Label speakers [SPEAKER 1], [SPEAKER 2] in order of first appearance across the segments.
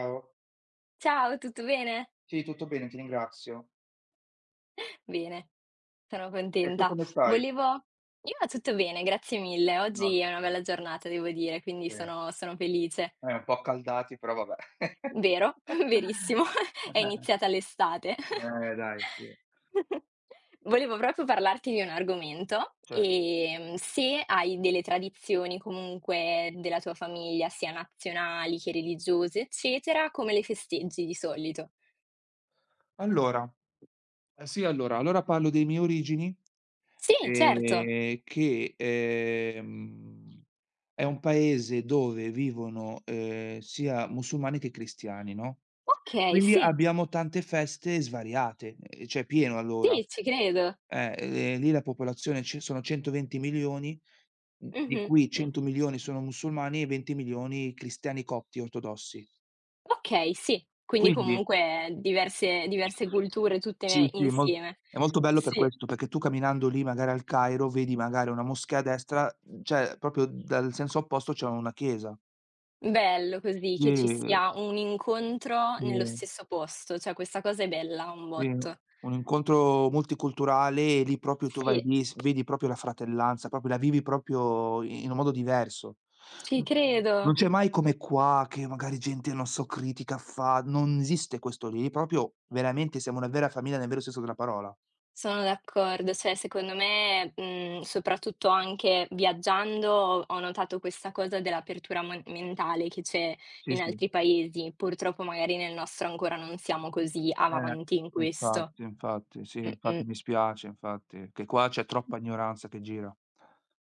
[SPEAKER 1] Ciao.
[SPEAKER 2] Ciao, tutto bene?
[SPEAKER 1] Sì, tutto bene, ti ringrazio.
[SPEAKER 2] Bene, sono
[SPEAKER 1] E tu
[SPEAKER 2] contenta.
[SPEAKER 1] come stai?
[SPEAKER 2] Volevo Io tutto bene, grazie mille.
[SPEAKER 1] No,
[SPEAKER 2] Oggi è una
[SPEAKER 1] tutto
[SPEAKER 2] bella giornata devo dire, quindi
[SPEAKER 1] bene.
[SPEAKER 2] sono felice.
[SPEAKER 1] Un po' accaldati, però vabbè.
[SPEAKER 2] Vero, verissimo, è iniziata l'estate.
[SPEAKER 1] Dai, sì,
[SPEAKER 2] Volevo proprio parlarti di un argomento,
[SPEAKER 1] certo.
[SPEAKER 2] se hai delle tradizioni comunque della tua famiglia, sia nazionali che religiose, eccetera, come le festeggi di solito?
[SPEAKER 1] Allora, sì, allora parlo dei miei origini,
[SPEAKER 2] Sì, certo.
[SPEAKER 1] che, è un paese dove vivono, sia musulmani che cristiani, no,
[SPEAKER 2] Okay,
[SPEAKER 1] quindi
[SPEAKER 2] sì,
[SPEAKER 1] abbiamo tante feste svariate, cioè pieno allora.
[SPEAKER 2] sì, ci credo.
[SPEAKER 1] Lì la popolazione ci sono 120.000.000, di
[SPEAKER 2] Mh-mh,
[SPEAKER 1] cui
[SPEAKER 2] mh.
[SPEAKER 1] 100.000.000 sono musulmani e 20.000.000 cristiani copti ortodossi.
[SPEAKER 2] Okay, sì. Quindi
[SPEAKER 1] Quindi
[SPEAKER 2] comunque diverse culture
[SPEAKER 1] sì,
[SPEAKER 2] tutte
[SPEAKER 1] sì, molt
[SPEAKER 2] insieme.
[SPEAKER 1] è molto bello per
[SPEAKER 2] Sì,
[SPEAKER 1] questo, perché tu camminando lì magari al Cairo vedi magari una moschea a destra, cioè proprio dal senso opposto c'è una chiesa.
[SPEAKER 2] bello così
[SPEAKER 1] Sì,
[SPEAKER 2] che ci sia un incontro nello
[SPEAKER 1] sì.
[SPEAKER 2] stesso posto, cioè questa cosa è bella un
[SPEAKER 1] Sì,
[SPEAKER 2] botto.
[SPEAKER 1] un incontro multiculturale e lì proprio tu vai
[SPEAKER 2] Sì,
[SPEAKER 1] lì, s vedi proprio la fratellanza, proprio la vivi proprio i in un modo diverso.
[SPEAKER 2] ci
[SPEAKER 1] N
[SPEAKER 2] credo,
[SPEAKER 1] Non c'è mai come qua che magari gente, non so, critica fa, non esiste questo lì, proprio veramente siamo una vera famiglia nel vero senso della parola.
[SPEAKER 2] sono d'accordo. Cioè secondo me, soprattutto anche viaggiando ho notato questa cosa dell'apertura mon mentale che c'è
[SPEAKER 1] Sì,
[SPEAKER 2] in
[SPEAKER 1] sì.
[SPEAKER 2] altri paesi. Purtroppo magari nel nostro ancora non siamo così
[SPEAKER 1] Eh,
[SPEAKER 2] avanti in questo.
[SPEAKER 1] infatti, infatti, sì,
[SPEAKER 2] Mh-mh.
[SPEAKER 1] infatti mi spiace infatti, che qua c'è troppa ignoranza che gira.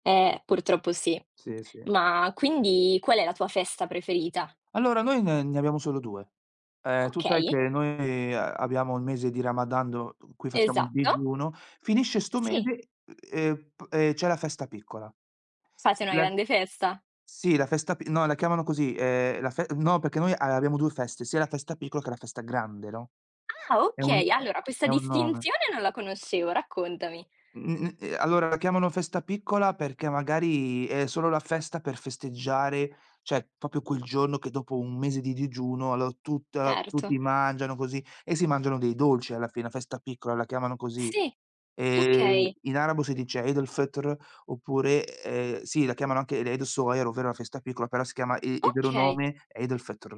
[SPEAKER 2] Purtroppo sì.
[SPEAKER 1] Sì, sì.
[SPEAKER 2] Ma quindi qual è la tua festa preferita?
[SPEAKER 1] Allora noi ne abbiamo solo 2. Tu sai
[SPEAKER 2] Okay,
[SPEAKER 1] che noi a abbiamo il mese di Ramadan do cui facciamo il
[SPEAKER 2] esatto.
[SPEAKER 1] digiuno, finisce sto
[SPEAKER 2] Sì,
[SPEAKER 1] mese, p c'è la festa piccola.
[SPEAKER 2] fate
[SPEAKER 1] S
[SPEAKER 2] una
[SPEAKER 1] La
[SPEAKER 2] grande festa.
[SPEAKER 1] sì, la festa pi no, la chiamano così, la fe no, perché noi a abbiamo 2 feste, sia la festa piccola che la festa grande, no?
[SPEAKER 2] Ah,
[SPEAKER 1] È un
[SPEAKER 2] okay.
[SPEAKER 1] è
[SPEAKER 2] Allora questa
[SPEAKER 1] è un nome.
[SPEAKER 2] distinzione non la conoscevo, raccontami.
[SPEAKER 1] Mhmm, allora la chiamano festa piccola perché magari è solo la festa per festeggiare, cioè proprio quel giorno che dopo un mese di digiuno allo tutta
[SPEAKER 2] Certo.
[SPEAKER 1] tutti mangiano così e si mangiano dei dolci alla fine, festa piccola la chiamano così.
[SPEAKER 2] Sì, okay,
[SPEAKER 1] In arabo si dice Eid el-Fitr oppure, sì la chiamano anche l'Eid el-Soghir, ovvero la festa piccola, però si chiama i il vero
[SPEAKER 2] okay.
[SPEAKER 1] nome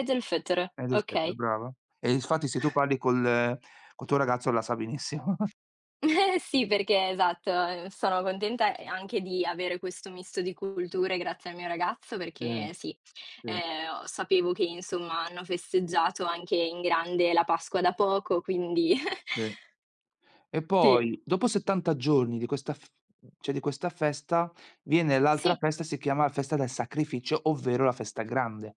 [SPEAKER 2] Eid el-Fitr,
[SPEAKER 1] Eid el-Fitr,
[SPEAKER 2] okay.
[SPEAKER 1] brava. E infatti se tu parli col tuo ragazzo la sa benissimo.
[SPEAKER 2] Sì, perché esatto, sono contenta, anche di avere questo misto di culture grazie al mio ragazzo
[SPEAKER 1] Sì,
[SPEAKER 2] perché sì,
[SPEAKER 1] sì,
[SPEAKER 2] ho sapevo che insomma hanno festeggiato anche in grande la Pasqua da poco, quindi
[SPEAKER 1] sì. E
[SPEAKER 2] sì.
[SPEAKER 1] poi dopo 70 giorni di questa f cioè di questa festa, viene l'altra
[SPEAKER 2] Sì,
[SPEAKER 1] festa, si chiama la festa del sacrificio, ovvero la festa grande.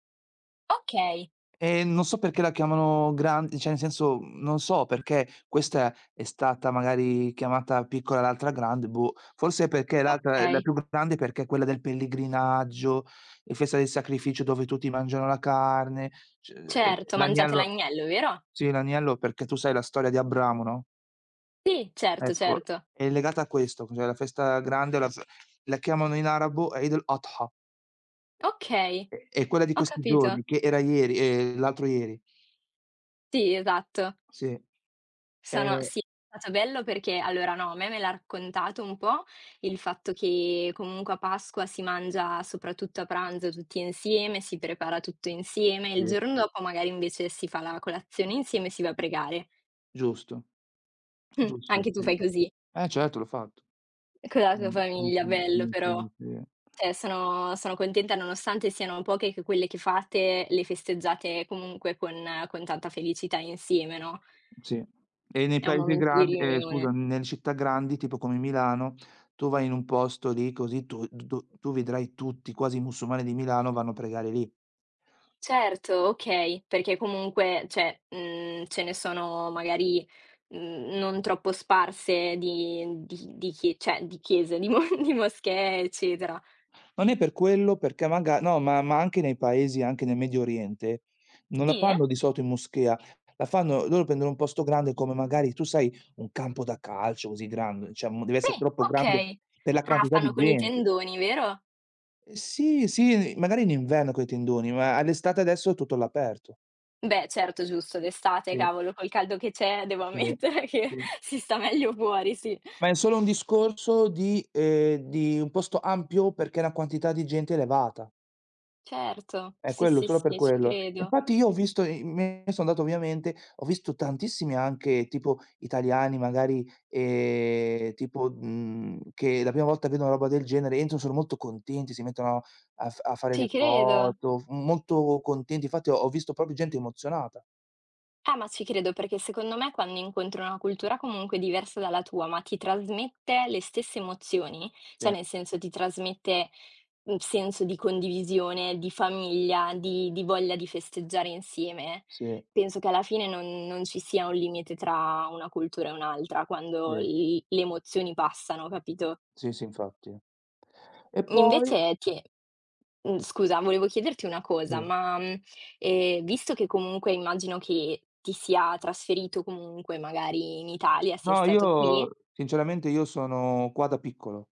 [SPEAKER 2] okay,
[SPEAKER 1] E non so perché la chiamano gran cioè nel senso, non so perché questa è stata magari chiamata piccola e l'altra grande, boh. Forse perché l'altra è la
[SPEAKER 2] okay.
[SPEAKER 1] più grande perché è quella del pellegrinaggio, e festa del sacrificio dove tutti mangiano la carne, c
[SPEAKER 2] Certo, mangiate
[SPEAKER 1] l'agnello
[SPEAKER 2] l'agnello, vero?
[SPEAKER 1] sì, l'agnello perché tu sai la storia di Abramo, no?
[SPEAKER 2] Sì, certo,
[SPEAKER 1] Ecco,
[SPEAKER 2] certo.
[SPEAKER 1] è legata a questo, cioè la festa grande, la chiamano in arabo Eid al-Adha,
[SPEAKER 2] Okay,
[SPEAKER 1] è quella di
[SPEAKER 2] ho
[SPEAKER 1] questi giorni,
[SPEAKER 2] capito.
[SPEAKER 1] che era ieri l'altro ieri.
[SPEAKER 2] Sì, esatto.
[SPEAKER 1] Sì.
[SPEAKER 2] Sono
[SPEAKER 1] Ehm,
[SPEAKER 2] Sì, è stato bello perché allora no, a me me l'ha raccontato un po' il fatto che comunque a Pasqua si mangia soprattutto a pranzo tutti insieme, si prepara tutto insieme, il
[SPEAKER 1] sì,
[SPEAKER 2] giorno dopo magari invece si fa la colazione insieme e si va a pregare.
[SPEAKER 1] giusto, giusto,
[SPEAKER 2] Anche tu
[SPEAKER 1] sì.
[SPEAKER 2] fai così
[SPEAKER 1] Eh certo, l'ho fatto.
[SPEAKER 2] con la tua
[SPEAKER 1] Sì,
[SPEAKER 2] famiglia,
[SPEAKER 1] sì,
[SPEAKER 2] bello
[SPEAKER 1] sì,
[SPEAKER 2] però.
[SPEAKER 1] sì, sì.
[SPEAKER 2] Cioè sono contenta nonostante siano poche che quelle che fate, le festeggiate comunque con tanta felicità insieme, no,
[SPEAKER 1] Sì. E nei
[SPEAKER 2] è un
[SPEAKER 1] paesi
[SPEAKER 2] momento di
[SPEAKER 1] grandi
[SPEAKER 2] riunione.
[SPEAKER 1] scusa, nelle città grandi, tipo come Milano, tu vai in un posto lì così, tu d tu tu vedrai tutti, quasi i musulmani di Milano vanno a pregare lì.
[SPEAKER 2] Certo, okay, perché comunque, cioè, ce ne sono magari, non troppo sparse di chie cioè di chiese, di mo di moschee, eccetera.
[SPEAKER 1] Non è per quello, perché maga no, ma anche nei paesi, anche nel Medio Oriente, non la
[SPEAKER 2] Sì? Eh?
[SPEAKER 1] fanno di solito in moschea, la fanno loro prendono un posto grande come magari tu sai un campo da calcio così grande, cioè m deve essere
[SPEAKER 2] Sì,
[SPEAKER 1] troppo grande
[SPEAKER 2] okay.
[SPEAKER 1] per la
[SPEAKER 2] Ah,
[SPEAKER 1] quantità
[SPEAKER 2] fanno
[SPEAKER 1] di
[SPEAKER 2] con i
[SPEAKER 1] gente.
[SPEAKER 2] tendoni, vero?
[SPEAKER 1] Sì, sì, magari in inverno coi tendoni, ma all'estate adesso è tutto all'aperto.
[SPEAKER 2] Beh, certo, giusto, d'estate,
[SPEAKER 1] Sì,
[SPEAKER 2] cavolo, col caldo che c'è devo
[SPEAKER 1] sì,
[SPEAKER 2] ammettere che
[SPEAKER 1] sì.
[SPEAKER 2] si sta meglio fuori, sì.
[SPEAKER 1] Ma è solo un discorso di un posto ampio perché la quantità di gente è elevata.
[SPEAKER 2] Certo, sì,
[SPEAKER 1] Quello
[SPEAKER 2] sì,
[SPEAKER 1] solo per
[SPEAKER 2] sì, ci
[SPEAKER 1] quello.
[SPEAKER 2] credo.
[SPEAKER 1] Infatti io ho visto i me sono andato ovviamente, ho visto tantissimi anche tipo italiani magari, tipo, che la prima volta vedono una roba del genere, entrano, sono molto contenti, si mettono a fare
[SPEAKER 2] Ci
[SPEAKER 1] le
[SPEAKER 2] credo.
[SPEAKER 1] foto, f molto contenti. Infatti ho visto proprio gente emozionata.
[SPEAKER 2] Ma ci credo perché secondo me quando incontri una cultura comunque diversa dalla tua, ma ti trasmette le stesse emozioni, cioè
[SPEAKER 1] Sì,
[SPEAKER 2] nel senso ti trasmette un senso di condivisione, di famiglia, di voglia di festeggiare insieme,
[SPEAKER 1] sì,
[SPEAKER 2] penso che alla fine non, non ci sia un limite tra una cultura e un'altra quando
[SPEAKER 1] sì.
[SPEAKER 2] le emozioni passano, capito?
[SPEAKER 1] Sì, sì, infatti. E poi
[SPEAKER 2] Invece ti è mhmm, Scusa, volevo chiederti una
[SPEAKER 1] sì.
[SPEAKER 2] cosa, ma, visto che comunque immagino che ti sia trasferito comunque magari in Italia, sia
[SPEAKER 1] No,
[SPEAKER 2] stato qui.
[SPEAKER 1] io sinceramente io sono qua da piccolo.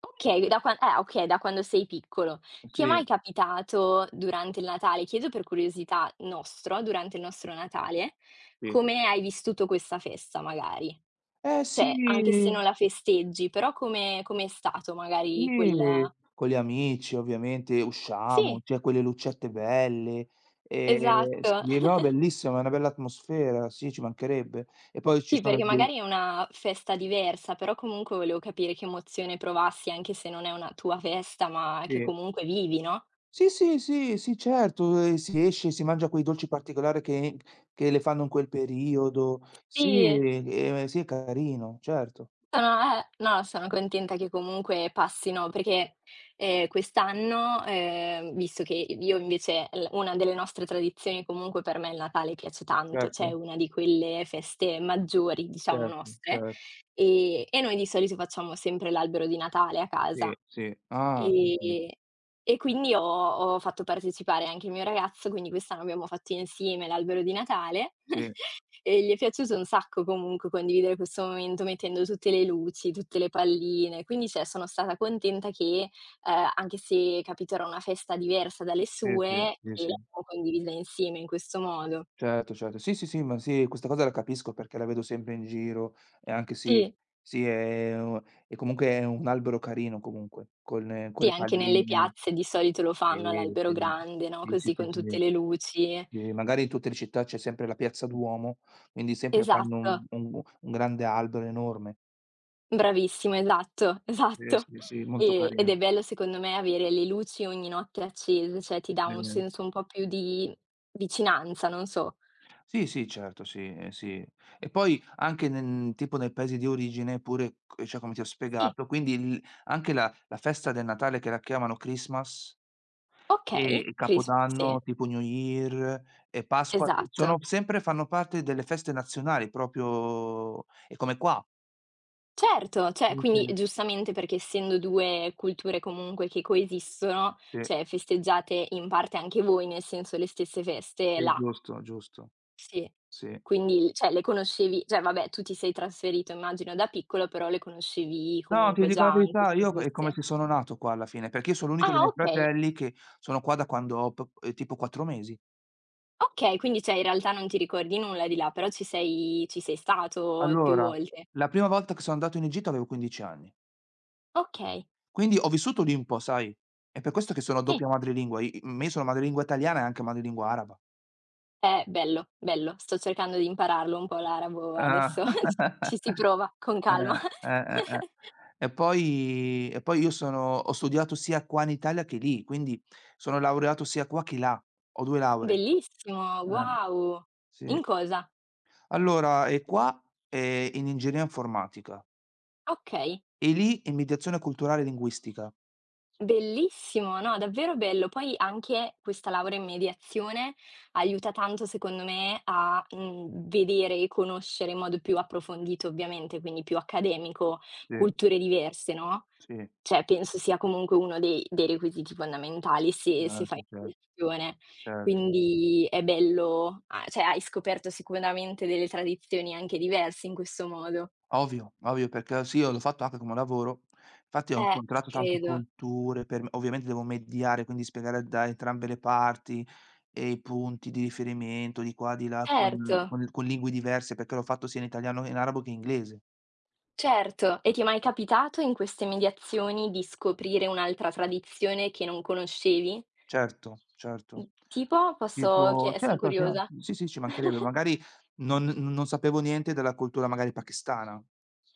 [SPEAKER 2] Okay, da qua. Eh, okay, da quando sei piccolo. Ti è
[SPEAKER 1] Sì,
[SPEAKER 2] mai capitato durante il Natale, chiedo per curiosità nostro, durante il nostro Natale,
[SPEAKER 1] sì.
[SPEAKER 2] come hai vissuto questa festa magari?
[SPEAKER 1] Eh sì.
[SPEAKER 2] Cioè, anche se non la festeggi, però come è stato magari
[SPEAKER 1] Sì,
[SPEAKER 2] quel
[SPEAKER 1] con gli amici ovviamente usciamo,
[SPEAKER 2] sì,
[SPEAKER 1] c'è quelle lucette belle, sì,
[SPEAKER 2] esatto.
[SPEAKER 1] no, bellissima, è una bella atmosfera, sì, ci mancherebbe. E poi ci
[SPEAKER 2] Sì,
[SPEAKER 1] sono
[SPEAKER 2] perché
[SPEAKER 1] dei
[SPEAKER 2] magari è una festa diversa, però comunque volevo capire che emozione provassi, anche se non è una tua festa, ma che
[SPEAKER 1] sì.
[SPEAKER 2] comunque vivi, no?
[SPEAKER 1] Sì, sì, sì, sì, certo, si esce, si mangia quei dolci particolari che le fanno in quel periodo. Sì,
[SPEAKER 2] Sì,
[SPEAKER 1] sì, è carino, certo,
[SPEAKER 2] sono no, sono contenta che comunque passino, perché, quest'anno, visto che io invece l una delle nostre tradizioni comunque per me il Natale piace tanto, cioè è
[SPEAKER 1] certo,
[SPEAKER 2] una di quelle feste maggiori, diciamo,
[SPEAKER 1] certo,
[SPEAKER 2] nostre,
[SPEAKER 1] certo,
[SPEAKER 2] e noi di solito facciamo sempre l'albero di Natale a
[SPEAKER 1] sì,
[SPEAKER 2] casa.
[SPEAKER 1] sì. Ah, sì, sì,
[SPEAKER 2] Ehm, e quindi ho fatto partecipare anche il mio ragazzo, quindi quest'anno abbiamo fatto insieme l'albero di Natale
[SPEAKER 1] sì,
[SPEAKER 2] e gli è piaciuto un sacco comunque condividere questo momento mettendo tutte le luci, tutte le palline, quindi cioè sono stata contenta che, anche se capito era una festa diversa dalle
[SPEAKER 1] sì, sì,
[SPEAKER 2] sue,
[SPEAKER 1] sì,
[SPEAKER 2] che
[SPEAKER 1] sì.
[SPEAKER 2] l'abbiamo condivisa insieme in questo modo.
[SPEAKER 1] Certo, certo. Sì, sì, sì, ma sì, questa cosa la capisco perché la vedo sempre in giro e anche sì,
[SPEAKER 2] Sì,
[SPEAKER 1] sì, è u e comunque è un albero carino comunque, con
[SPEAKER 2] sì,
[SPEAKER 1] le
[SPEAKER 2] anche nelle
[SPEAKER 1] palline.
[SPEAKER 2] piazze di solito lo
[SPEAKER 1] Sì,
[SPEAKER 2] fanno all'albero
[SPEAKER 1] sì.
[SPEAKER 2] grande, no,
[SPEAKER 1] Sì, sì,
[SPEAKER 2] così
[SPEAKER 1] sì,
[SPEAKER 2] con tutte
[SPEAKER 1] sì.
[SPEAKER 2] le luci.
[SPEAKER 1] Sì, magari in tutte le città c'è sempre la piazza Duomo, quindi sempre fanno
[SPEAKER 2] Esatto.
[SPEAKER 1] un grande albero enorme.
[SPEAKER 2] Bravissimo, esatto,
[SPEAKER 1] Sì,
[SPEAKER 2] esatto.
[SPEAKER 1] sì, sì, molto
[SPEAKER 2] Ed è
[SPEAKER 1] carino.
[SPEAKER 2] bello secondo me avere le luci ogni notte accese, cioè ti dà
[SPEAKER 1] Sì.
[SPEAKER 2] un senso un po' più di vicinanza, non so.
[SPEAKER 1] Sì, sì, certo, sì, sì. E poi anche nen tipo nei paesi di origine pure c cioè come ti ho
[SPEAKER 2] Sì,
[SPEAKER 1] spiegato, quindi il anche la festa del Natale che la chiamano Christmas e
[SPEAKER 2] okay,
[SPEAKER 1] il
[SPEAKER 2] Cris sì,
[SPEAKER 1] Capodanno tipo New Year e Pasqua, sono
[SPEAKER 2] esatto.
[SPEAKER 1] sempre fanno parte delle feste nazionali proprio è come qua.
[SPEAKER 2] Certo, cioè
[SPEAKER 1] Sì, sì,
[SPEAKER 2] quindi giustamente perché essendo 2 culture comunque che coesistono,
[SPEAKER 1] sì,
[SPEAKER 2] cioè festeggiate in parte anche voi, nel senso le stesse feste
[SPEAKER 1] sì,
[SPEAKER 2] là.
[SPEAKER 1] giusto, giusto,
[SPEAKER 2] Sì,
[SPEAKER 1] sì.
[SPEAKER 2] quindi cioè le conoscevi cioè vabbè, tu ti sei trasferito immagino da piccolo, però le conoscevi
[SPEAKER 1] No, ti
[SPEAKER 2] comunque
[SPEAKER 1] dico
[SPEAKER 2] già
[SPEAKER 1] la
[SPEAKER 2] anche
[SPEAKER 1] verità,
[SPEAKER 2] se
[SPEAKER 1] io è come
[SPEAKER 2] fosse
[SPEAKER 1] se sono nato qua alla fine, perché io sono l'unico dei
[SPEAKER 2] ah,
[SPEAKER 1] miei
[SPEAKER 2] okay,
[SPEAKER 1] fratelli che sono qua da quando ho p tipo 4 mesi.
[SPEAKER 2] okay, quindi cioè in realtà non ti ricordi nulla di là, però ci sei stato più
[SPEAKER 1] Allora,
[SPEAKER 2] volte.
[SPEAKER 1] la prima volta che sono andato in Egitto avevo 15 anni,
[SPEAKER 2] Okay,
[SPEAKER 1] quindi ho vissuto lì un po', sai, è per questo che sono
[SPEAKER 2] sì,
[SPEAKER 1] doppia madrelingua, io sono madrelingua italiana e anche madrelingua araba.
[SPEAKER 2] bello, bello. Sto cercando di impararlo un po' l'arabo
[SPEAKER 1] Ah.
[SPEAKER 2] adesso, ci si prova con calma.
[SPEAKER 1] Eh, eh, eh, eh. E poi io sono ho studiato sia qua in Italia che lì, quindi sono laureato sia qua che là, ho 2 lauree.
[SPEAKER 2] Bellissimo,
[SPEAKER 1] Ah.
[SPEAKER 2] wow! In
[SPEAKER 1] Sì.
[SPEAKER 2] cosa?
[SPEAKER 1] Allora, e qua, in ingegneria informatica
[SPEAKER 2] Okay.
[SPEAKER 1] e lì in mediazione culturale e linguistica.
[SPEAKER 2] Bellissimo, no, davvero bello. Poi anche questa laurea in mediazione aiuta tanto, secondo me, vedere e conoscere in modo più approfondito, ovviamente, quindi più accademico,
[SPEAKER 1] Sì,
[SPEAKER 2] culture diverse, no,
[SPEAKER 1] sì.
[SPEAKER 2] cioè penso sia comunque uno dei requisiti fondamentali se fai
[SPEAKER 1] Certo,
[SPEAKER 2] mediazione.
[SPEAKER 1] certo.
[SPEAKER 2] Quindi è bello a cioè hai scoperto sicuramente delle tradizioni anche diverse in questo modo.
[SPEAKER 1] Ovvio, ovvio, perché sì, io l'ho fatto anche come lavoro. Infatti ho
[SPEAKER 2] Ci
[SPEAKER 1] incontrato tante
[SPEAKER 2] credo.
[SPEAKER 1] culture, per me ovviamente devo mediare, quindi spiegare da entrambe le parti, e i punti di riferimento di qua, di là,
[SPEAKER 2] Certo.
[SPEAKER 1] con lingue diverse, perché l'ho fatto sia in italiano, in arabo che in inglese.
[SPEAKER 2] Certo, e ti è mai capitato in queste mediazioni di scoprire un'altra tradizione che non conoscevi?
[SPEAKER 1] Certo,
[SPEAKER 2] Mhmm,
[SPEAKER 1] certo.
[SPEAKER 2] tipo? Posso
[SPEAKER 1] Tipo
[SPEAKER 2] chie son
[SPEAKER 1] certo, sì,
[SPEAKER 2] curiosa.
[SPEAKER 1] anzi sì, sì, ci mancherebbe, magari non sapevo niente della cultura magari pakistana.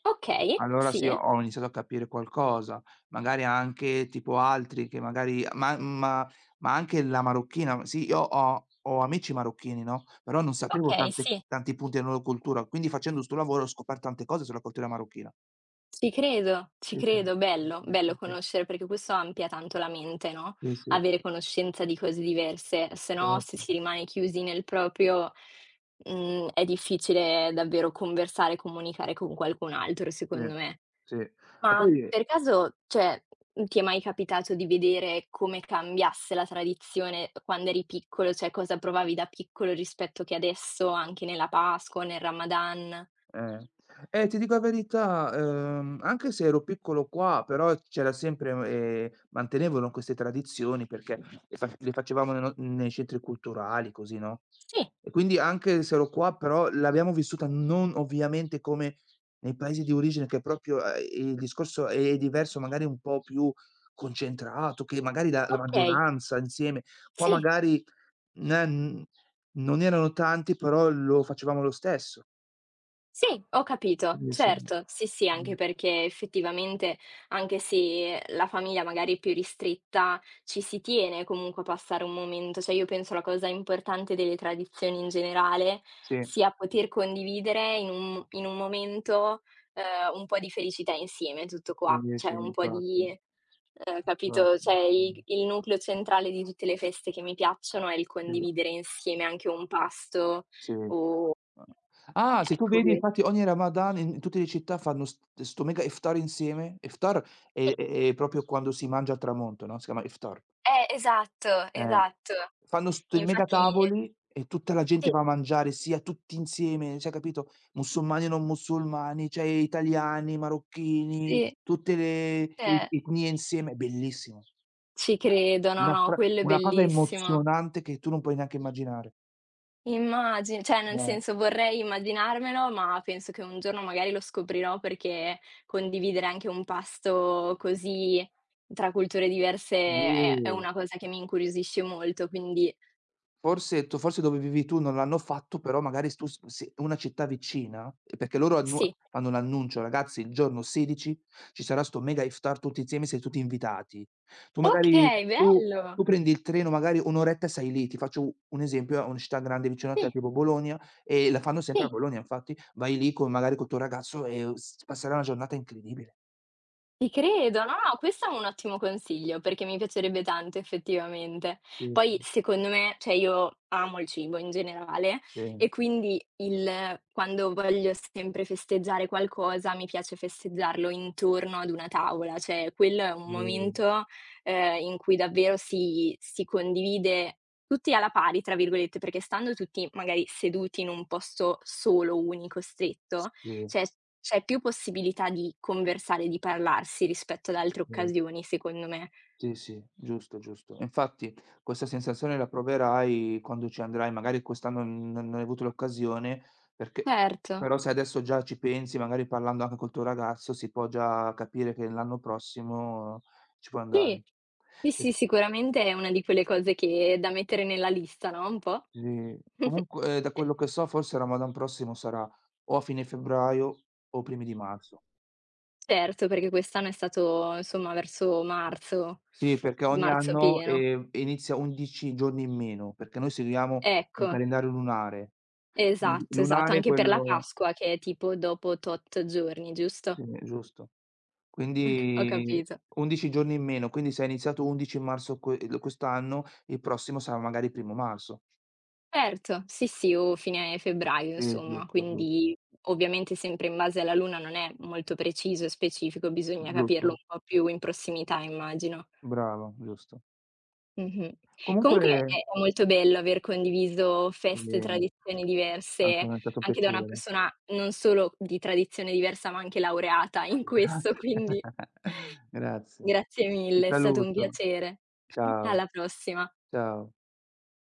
[SPEAKER 2] Okay,
[SPEAKER 1] Allora sì,
[SPEAKER 2] sì.
[SPEAKER 1] ho iniziato a capire qualcosa, magari anche tipo altri che magari ma anche la marocchina, sì, io ho amici marocchini, no, però non sapevo
[SPEAKER 2] Okay,
[SPEAKER 1] tante
[SPEAKER 2] sì.
[SPEAKER 1] tanti punti della loro cultura, quindi facendo 'sto lavoro ho scoperto tante cose sulla cultura marocchina.
[SPEAKER 2] Ci credo, ci
[SPEAKER 1] Sì, sì,
[SPEAKER 2] credo.
[SPEAKER 1] sì,
[SPEAKER 2] Bello,
[SPEAKER 1] sì,
[SPEAKER 2] bello
[SPEAKER 1] sì, sì,
[SPEAKER 2] conoscere perché questo amplia tanto la mente, no,
[SPEAKER 1] sì, sì,
[SPEAKER 2] avere conoscenza di cose diverse, se no se
[SPEAKER 1] certo,
[SPEAKER 2] si rimane chiusi nel proprio, è difficile davvero conversare e comunicare con qualcun altro,
[SPEAKER 1] sì,
[SPEAKER 2] secondo me.
[SPEAKER 1] sì. E
[SPEAKER 2] Ma
[SPEAKER 1] poi
[SPEAKER 2] per caso, cioè, ti è mai capitato di vedere come cambiasse la tradizione quando eri piccolo? Cioè, cosa provavi da piccolo rispetto che adesso, anche nella Pasqua o nel Ramadan?
[SPEAKER 1] Eh. Ti dico la verità, anche se ero piccolo qua, però c'era sempre mantenevano queste tradizioni perché le facevamo ne no nei centri culturali così, no,
[SPEAKER 2] Sì,
[SPEAKER 1] e quindi anche se ero qua, però l'abbiamo vissuta non ovviamente come nei paesi di origine che proprio, il discorso è diverso, magari un po' più concentrato, che magari la
[SPEAKER 2] okay,
[SPEAKER 1] maggioranza insieme. Qua
[SPEAKER 2] sì.
[SPEAKER 1] magari n non erano tanti, però lo facevamo lo stesso.
[SPEAKER 2] Sì, ho capito,
[SPEAKER 1] Quindi sì.
[SPEAKER 2] certo, sì, sì,
[SPEAKER 1] Mh.
[SPEAKER 2] anche perché effettivamente, anche se la famiglia magari è più ristretta, ci si tiene comunque a passare un momento. Cioè, io penso la cosa importante delle tradizioni in generale
[SPEAKER 1] Sì,
[SPEAKER 2] sia poter condividere in un momento, un po' di felicità insieme, tutto qua.
[SPEAKER 1] sì,
[SPEAKER 2] Cioè,
[SPEAKER 1] sì,
[SPEAKER 2] un po'
[SPEAKER 1] infatti.
[SPEAKER 2] di capito,
[SPEAKER 1] Infatti,
[SPEAKER 2] cioè i
[SPEAKER 1] mh.
[SPEAKER 2] il nucleo centrale di tutte le feste che mi piacciono è il
[SPEAKER 1] Sì,
[SPEAKER 2] condividere insieme anche un pasto
[SPEAKER 1] sì.
[SPEAKER 2] o
[SPEAKER 1] A ah, se tu
[SPEAKER 2] ecco
[SPEAKER 1] vedi
[SPEAKER 2] que
[SPEAKER 1] infatti ogni Ramadan in tutte le città fanno st sto mega iftar insieme. Iftar
[SPEAKER 2] sì,
[SPEAKER 1] è proprio quando si mangia al tramonto, no, si chiama iftar.
[SPEAKER 2] esatto,
[SPEAKER 1] Eh.
[SPEAKER 2] esatto.
[SPEAKER 1] Fanno sti mega
[SPEAKER 2] Infatti
[SPEAKER 1] tavoli e tutta la gente
[SPEAKER 2] sì,
[SPEAKER 1] va a mangiare, sia tutti insieme, cioè capito, musulmani e non musulmani, cioè italiani, marocchini,
[SPEAKER 2] sì,
[SPEAKER 1] tutte le
[SPEAKER 2] cioè
[SPEAKER 1] etnie insieme, è bellissimo.
[SPEAKER 2] ci credo, no, no, quello è
[SPEAKER 1] Una cosa
[SPEAKER 2] bellissimo.
[SPEAKER 1] emozionante che tu non puoi neanche immaginare.
[SPEAKER 2] Immagino, cioè nel
[SPEAKER 1] Eh,
[SPEAKER 2] senso vorrei immaginarmelo, ma penso che un giorno magari lo scoprirò perché condividere anche un pasto così tra culture diverse è
[SPEAKER 1] sì.
[SPEAKER 2] una cosa che mi incuriosisce molto, quindi
[SPEAKER 1] Forse dove vivi tu non l'hanno fatto, però magari s tu s se una città vicina perché loro annu
[SPEAKER 2] sì.
[SPEAKER 1] fanno l'annuncio: "Ragazzi il giorno 16 ci sarà sto mega iftar tutti insieme, siete tutti invitati". Tu magari
[SPEAKER 2] Okay,
[SPEAKER 1] tu
[SPEAKER 2] bello.
[SPEAKER 1] tu prendi il treno magari 1 oretta e sei lì. Ti faccio u un esempio, a una città grande vicino a te
[SPEAKER 2] Sì,
[SPEAKER 1] tipo Bologna, e la fanno sempre a
[SPEAKER 2] sì.
[SPEAKER 1] Bologna infatti, vai lì con magari col tuo ragazzo e s passerai una giornata incredibile.
[SPEAKER 2] Ti credo, no, no, questo è un ottimo consiglio perché mi piacerebbe tanto effettivamente.
[SPEAKER 1] Sì, sì,
[SPEAKER 2] Poi secondo me, cioè io amo il cibo in generale
[SPEAKER 1] sì.
[SPEAKER 2] e quindi il quando voglio sempre festeggiare qualcosa, mi piace festeggiarlo intorno ad una tavola, cioè quello è un
[SPEAKER 1] Mh,
[SPEAKER 2] momento, in cui davvero si condivide tutti alla pari, tra virgolette, perché stando tutti magari seduti in un posto solo, unico, stretto
[SPEAKER 1] sì,
[SPEAKER 2] cioè s c'è più possibilità di conversare, di parlarsi rispetto ad altre
[SPEAKER 1] sì,
[SPEAKER 2] occasioni secondo me.
[SPEAKER 1] sì, sì, giusto, giusto. Infatti questa sensazione la proverai quando ci andrai, magari quest'anno n non hai avuto l'occasione, perché
[SPEAKER 2] Certo.
[SPEAKER 1] però se adesso già ci pensi, magari parlando anche col tuo ragazzo, si può già capire che l'anno prossimo ci puoi andare.
[SPEAKER 2] Sì. Sì,
[SPEAKER 1] E
[SPEAKER 2] sì, sicuramente è una di quelle cose che da mettere nella lista, no, un po'.
[SPEAKER 1] sì. Comunque da quello che so forse Ramadan prossimo sarà o a fine febbraio o primi di marzo.
[SPEAKER 2] Certo, perché quest'anno è stato insomma verso marzo,
[SPEAKER 1] Sì, perché ogni
[SPEAKER 2] marzo
[SPEAKER 1] anno,
[SPEAKER 2] pieno.
[SPEAKER 1] inizia 11 giorni in meno, perché noi seguiamo un
[SPEAKER 2] Ecco,
[SPEAKER 1] calendario lunare. Quindi
[SPEAKER 2] esatto, esatto,
[SPEAKER 1] lunare
[SPEAKER 2] anche per la
[SPEAKER 1] quello
[SPEAKER 2] Pasqua che è tipo dopo tot giorni, giusto?
[SPEAKER 1] sì, giusto.
[SPEAKER 2] Ho
[SPEAKER 1] Quindi
[SPEAKER 2] capito.
[SPEAKER 1] 11 giorni in meno, quindi se è iniziato 11 marzo quest'anno, il prossimo sarà magari primo marzo.
[SPEAKER 2] Certo, sì, sì, o fine febbraio
[SPEAKER 1] Sì,
[SPEAKER 2] insomma,
[SPEAKER 1] giusto,
[SPEAKER 2] quindi ovviamente sempre in base alla luna non è molto preciso e specifico, bisogna capirlo
[SPEAKER 1] giusto,
[SPEAKER 2] un po' più in prossimità immagino.
[SPEAKER 1] bravo, giusto.
[SPEAKER 2] Mh-mh. Comunque
[SPEAKER 1] Comunque
[SPEAKER 2] è molto bello aver condiviso
[SPEAKER 1] sì,
[SPEAKER 2] feste e tradizioni
[SPEAKER 1] anche
[SPEAKER 2] diverse
[SPEAKER 1] a me è stato un
[SPEAKER 2] anche da una
[SPEAKER 1] piacere.
[SPEAKER 2] persona non solo di tradizione diversa, ma anche laureata in questo,
[SPEAKER 1] Grazie.
[SPEAKER 2] quindi
[SPEAKER 1] Grazie.
[SPEAKER 2] grazie
[SPEAKER 1] Ti
[SPEAKER 2] mille, è stato un
[SPEAKER 1] saluto.
[SPEAKER 2] piacere.
[SPEAKER 1] Ciao,
[SPEAKER 2] Alla prossima.
[SPEAKER 1] ciao.